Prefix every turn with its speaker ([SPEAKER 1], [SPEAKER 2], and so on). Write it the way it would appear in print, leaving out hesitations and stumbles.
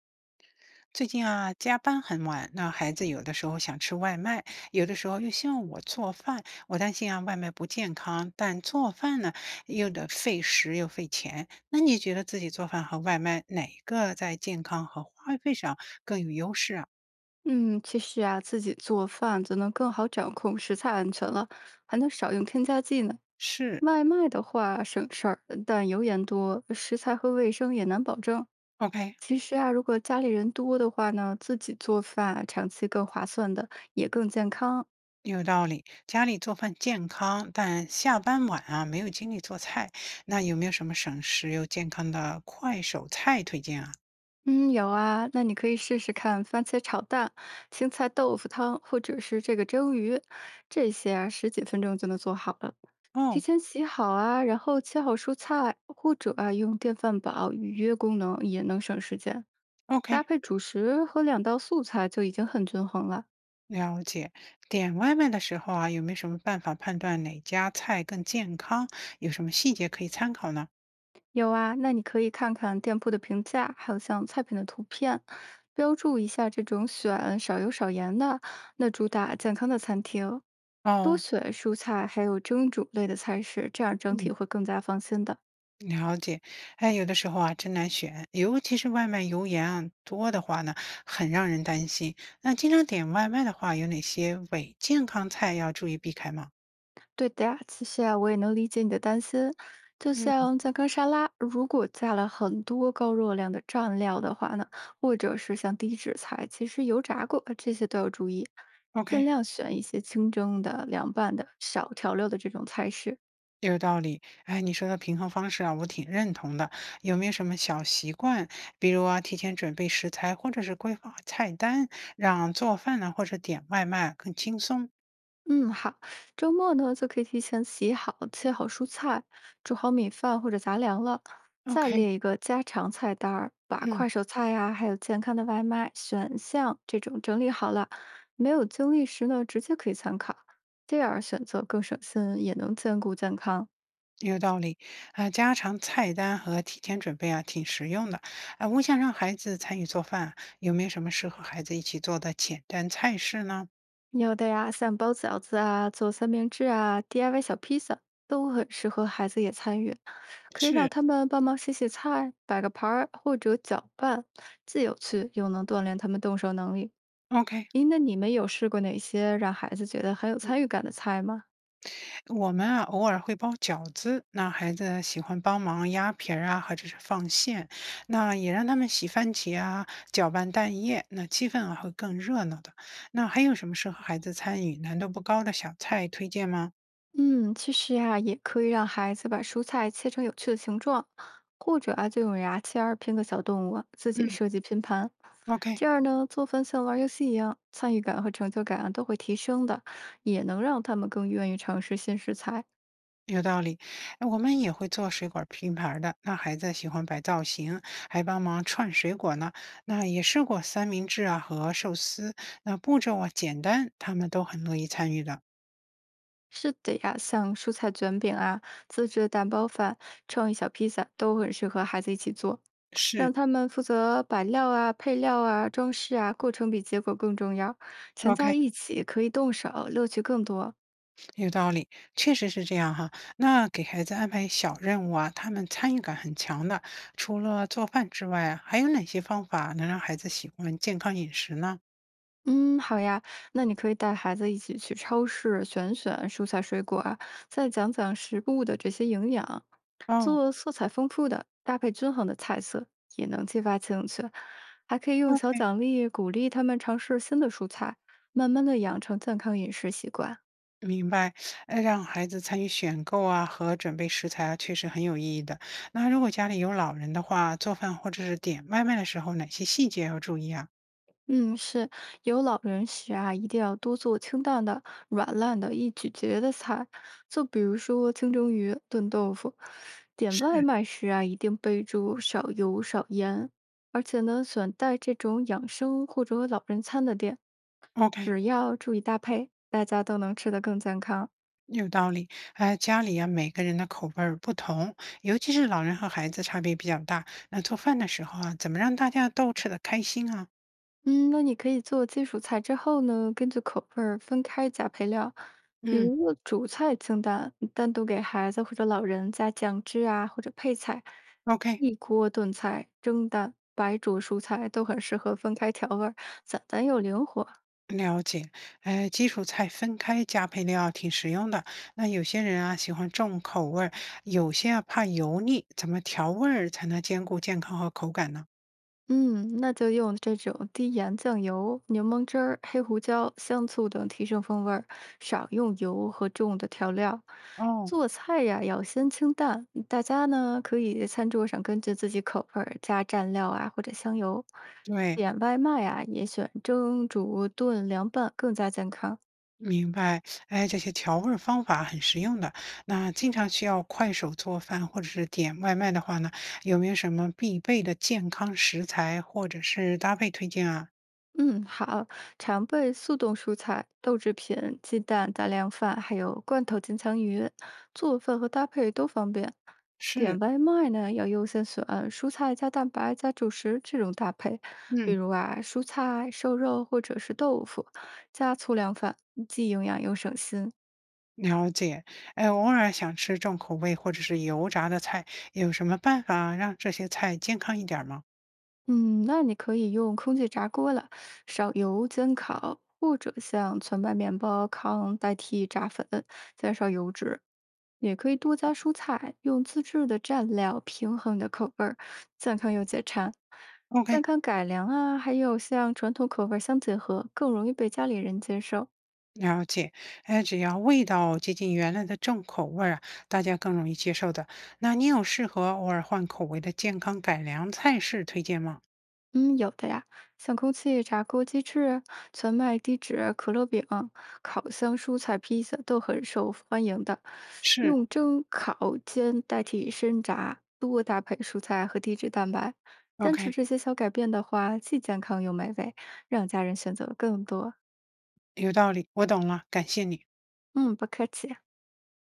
[SPEAKER 1] 最近啊，加班很晚，那孩子有的时候想吃外卖，有的时候又希望我做饭。我担心啊，外卖不健康，但做饭呢又得费时又费钱。那你觉得自己做饭和外卖哪个在健康和花费上更有优势啊？
[SPEAKER 2] 嗯，其实啊，自己做饭就能更好掌控食材安全了，还能少用添加剂呢。
[SPEAKER 1] 是
[SPEAKER 2] 外卖的话省事儿，但油盐多，食材和卫生也难保证。
[SPEAKER 1] ，OK，
[SPEAKER 2] 其实啊，如果家里人多的话呢，自己做饭啊长期更划算的，也更健康。
[SPEAKER 1] 有道理。家里做饭健康，但下班晚啊没有精力做菜。那有没有什么省时又健康的快手菜推荐啊？
[SPEAKER 2] 嗯，有啊，那你可以试试看番茄炒蛋、青菜豆腐汤，或者是这个蒸鱼，这些啊，十几分钟就能做好了。提
[SPEAKER 1] 哦
[SPEAKER 2] 前洗好啊，然后切好蔬菜，或者啊用电饭煲预约功能也能省时间。搭
[SPEAKER 1] ，OK，
[SPEAKER 2] 配主食和两道素菜就已经很均衡了。
[SPEAKER 1] 了解，点外卖的时候啊，有没有什么办法判断哪家菜更健康？有什么细节可以参考呢？
[SPEAKER 2] 有啊，那你可以看看店铺的评价，还有像菜品的图片，标注一下这种选少油少盐的，那主打健康的餐厅。多
[SPEAKER 1] 哦，
[SPEAKER 2] 选蔬菜，还有蒸煮类的菜式，这样整
[SPEAKER 1] 嗯，
[SPEAKER 2] 体会更加放心的。
[SPEAKER 1] 了解。哎，有的时候啊，真难选，尤其是外卖油盐啊多的话呢，很让人担心。那经常点外卖的话，有哪些伪健康菜要注意避开吗？
[SPEAKER 2] 对的呀，其实啊，我也能理解你的担心。就
[SPEAKER 1] 嗯
[SPEAKER 2] 像健康沙拉，如果加了很多高热量的蘸料的话呢，或者是像低脂菜，其实油炸过这些都要注意，尽
[SPEAKER 1] ，OK。
[SPEAKER 2] 量选一些清蒸的、凉拌的、少调料的这种菜式，
[SPEAKER 1] 有道理，哎，你说的平衡方式啊，我挺认同的。有没有什么小习惯，比如啊，提前准备食材，或者是规划菜单，让做饭呢，或者点外卖更轻松
[SPEAKER 2] 嗯，好。周末呢，就可以提前洗好、切好蔬菜，煮好米饭或者杂粮了。再
[SPEAKER 1] ？OK，
[SPEAKER 2] 列一个家常菜单儿，把
[SPEAKER 1] 嗯，
[SPEAKER 2] 快手菜呀、还有健康的外卖选项这种整理好了。没有精力时呢，直接可以参考，这样选择更省心，也能兼顾健康。
[SPEAKER 1] 有道理。啊、家常菜单和提前准备啊，挺实用的。啊、我想让孩子参与做饭啊，有没有什么适合孩子一起做的简单菜式呢？
[SPEAKER 2] 有的呀，像包饺子啊、做三明治啊、DIY 小披萨，都很适合孩子也参与。可以让
[SPEAKER 1] 是，
[SPEAKER 2] 他们帮忙洗洗菜、摆个盘儿或者搅拌，既有趣又能锻炼他们动手能力。
[SPEAKER 1] OK，
[SPEAKER 2] 咦，那你们有试过哪些让孩子觉得很有参与感的菜吗？
[SPEAKER 1] 我们啊，偶尔会包饺子，那孩子喜欢帮忙压皮儿啊，或者是放馅，那也让他们洗番茄啊，搅拌蛋液，那气氛啊会更热闹的。那还有什么适合孩子参与、难度不高的小菜推荐吗？
[SPEAKER 2] 嗯，其实呀，也可以让孩子把蔬菜切成有趣的形状，或者啊，就用牙签儿拼个小动物，自己
[SPEAKER 1] 嗯，
[SPEAKER 2] 设计拼盘。
[SPEAKER 1] OK，
[SPEAKER 2] 这样呢，做饭像玩儿游戏一样，参与感和成就感啊都会提升的，也能让他们更愿意尝试新食材。
[SPEAKER 1] 有道理。哎我们也会做水果拼盘儿的，那孩子喜欢摆造型，还帮忙串水果呢。那也试过三明治啊和寿司，那步骤啊简单，他们都很乐意参与的。
[SPEAKER 2] 是的呀，像蔬菜卷饼啊、自制蛋包饭、创意小披萨都很适合孩子一起做，让
[SPEAKER 1] 是。
[SPEAKER 2] 他们负责摆料啊、配料啊、装饰啊，过程比结果更重要。全家
[SPEAKER 1] OK。
[SPEAKER 2] 一起可以动手，乐趣更多。
[SPEAKER 1] 有道理，确实是这样哈。那给孩子安排小任务啊，他们参与感很强的。除了做饭之外啊，还有哪些方法能让孩子喜欢健康饮食呢？
[SPEAKER 2] 嗯，好呀，那你可以带孩子一起去超市选选蔬菜水果啊，再讲讲食物的这些营养，
[SPEAKER 1] 哦
[SPEAKER 2] 做色彩丰富的、搭配均衡的菜色，也能激发兴趣。还可以用小
[SPEAKER 1] ，OK，
[SPEAKER 2] 奖励鼓励他们尝试新的蔬菜，慢慢的养成健康饮食习惯。
[SPEAKER 1] 明白。让孩子参与选购啊和准备食材啊，确实很有意义的。那如果家里有老人的话，做饭或者是点外卖的时候，哪些细节要注意啊？
[SPEAKER 2] 嗯，是有老人时啊，一定要多做清淡的、软烂的、易咀嚼的菜，就比如说清蒸鱼、炖豆腐。点外
[SPEAKER 1] 是
[SPEAKER 2] 卖时啊，一定备注少油少盐，而且呢，选带这种养生或者老人餐的店，
[SPEAKER 1] ，OK。
[SPEAKER 2] 只要注意搭配，大家都能吃得更健康。
[SPEAKER 1] 有道理，哎，家里啊每个人的口味儿不同，尤其是老人和孩子差别比较大。那做饭的时候啊，怎么让大家都吃得开心啊？
[SPEAKER 2] 嗯，那你可以做基础菜之后呢，根据口味儿分开加配料，比
[SPEAKER 1] 嗯
[SPEAKER 2] 如主菜清淡，单独给孩子或者老人加酱汁啊，或者配菜。
[SPEAKER 1] ，OK，
[SPEAKER 2] 一锅炖菜、蒸蛋、白灼蔬菜都很适合分开调味儿，简单又灵活。
[SPEAKER 1] 了解。哎，基础菜分开加配料挺实用的。那有些人啊喜欢重口味儿，有些啊怕油腻，怎么调味儿才能兼顾健康和口感呢？
[SPEAKER 2] 嗯，那就用这种低盐酱油、柠檬汁儿、黑胡椒、香醋等提升风味儿，少用油和重的调料。
[SPEAKER 1] 哦，
[SPEAKER 2] 做菜呀，要先清淡，大家呢可以餐桌上根据自己口味儿加蘸料啊或者香油。
[SPEAKER 1] 对，
[SPEAKER 2] 点外卖啊，也选蒸、煮、炖、凉拌，更加健康。
[SPEAKER 1] 明白，哎，这些调味儿方法很实用的。那经常需要快手做饭或者是点外卖的话呢，有没有什么必备的健康食材或者是搭配推荐啊？
[SPEAKER 2] 嗯，好，常备速冻蔬菜、豆制品、鸡蛋、杂粮饭，还有罐头金枪鱼，做饭和搭配都方便。
[SPEAKER 1] 是，
[SPEAKER 2] 点外卖呢，要优先选蔬菜加蛋白加主食这种搭配，比
[SPEAKER 1] 嗯，
[SPEAKER 2] 如啊，蔬菜、瘦肉或者是豆腐，加粗粮饭，既营养又省心。
[SPEAKER 1] 了解。哎，偶尔想吃重口味或者是油炸的菜，有什么办法让这些菜健康一点儿吗
[SPEAKER 2] 嗯，那你可以用空气炸锅了，少油煎烤，或者像全麦面包糠代替炸粉，减少油脂。也可以多加蔬菜，用自制的蘸料平衡你的口味儿，健康又解馋。健
[SPEAKER 1] ？OK，
[SPEAKER 2] 康改良啊，还有像传统口味儿相结合，更容易被家里人接受。
[SPEAKER 1] 了解。哎，只要味道接近原来的重口味儿啊，大家更容易接受的。那你有适合偶尔换口味的健康改良菜式推荐吗？
[SPEAKER 2] 嗯，有的呀，像空气炸锅鸡翅、全麦低脂可乐饼、烤箱蔬菜披萨都很受欢迎的。
[SPEAKER 1] 是
[SPEAKER 2] 用蒸、烤、煎代替深炸，多搭配蔬菜和低脂蛋白。坚持
[SPEAKER 1] ，OK，
[SPEAKER 2] 这些小改变的话，既健康又美味，让家人选择更多。
[SPEAKER 1] 有道理，我懂了，感谢你。
[SPEAKER 2] 嗯，不客气。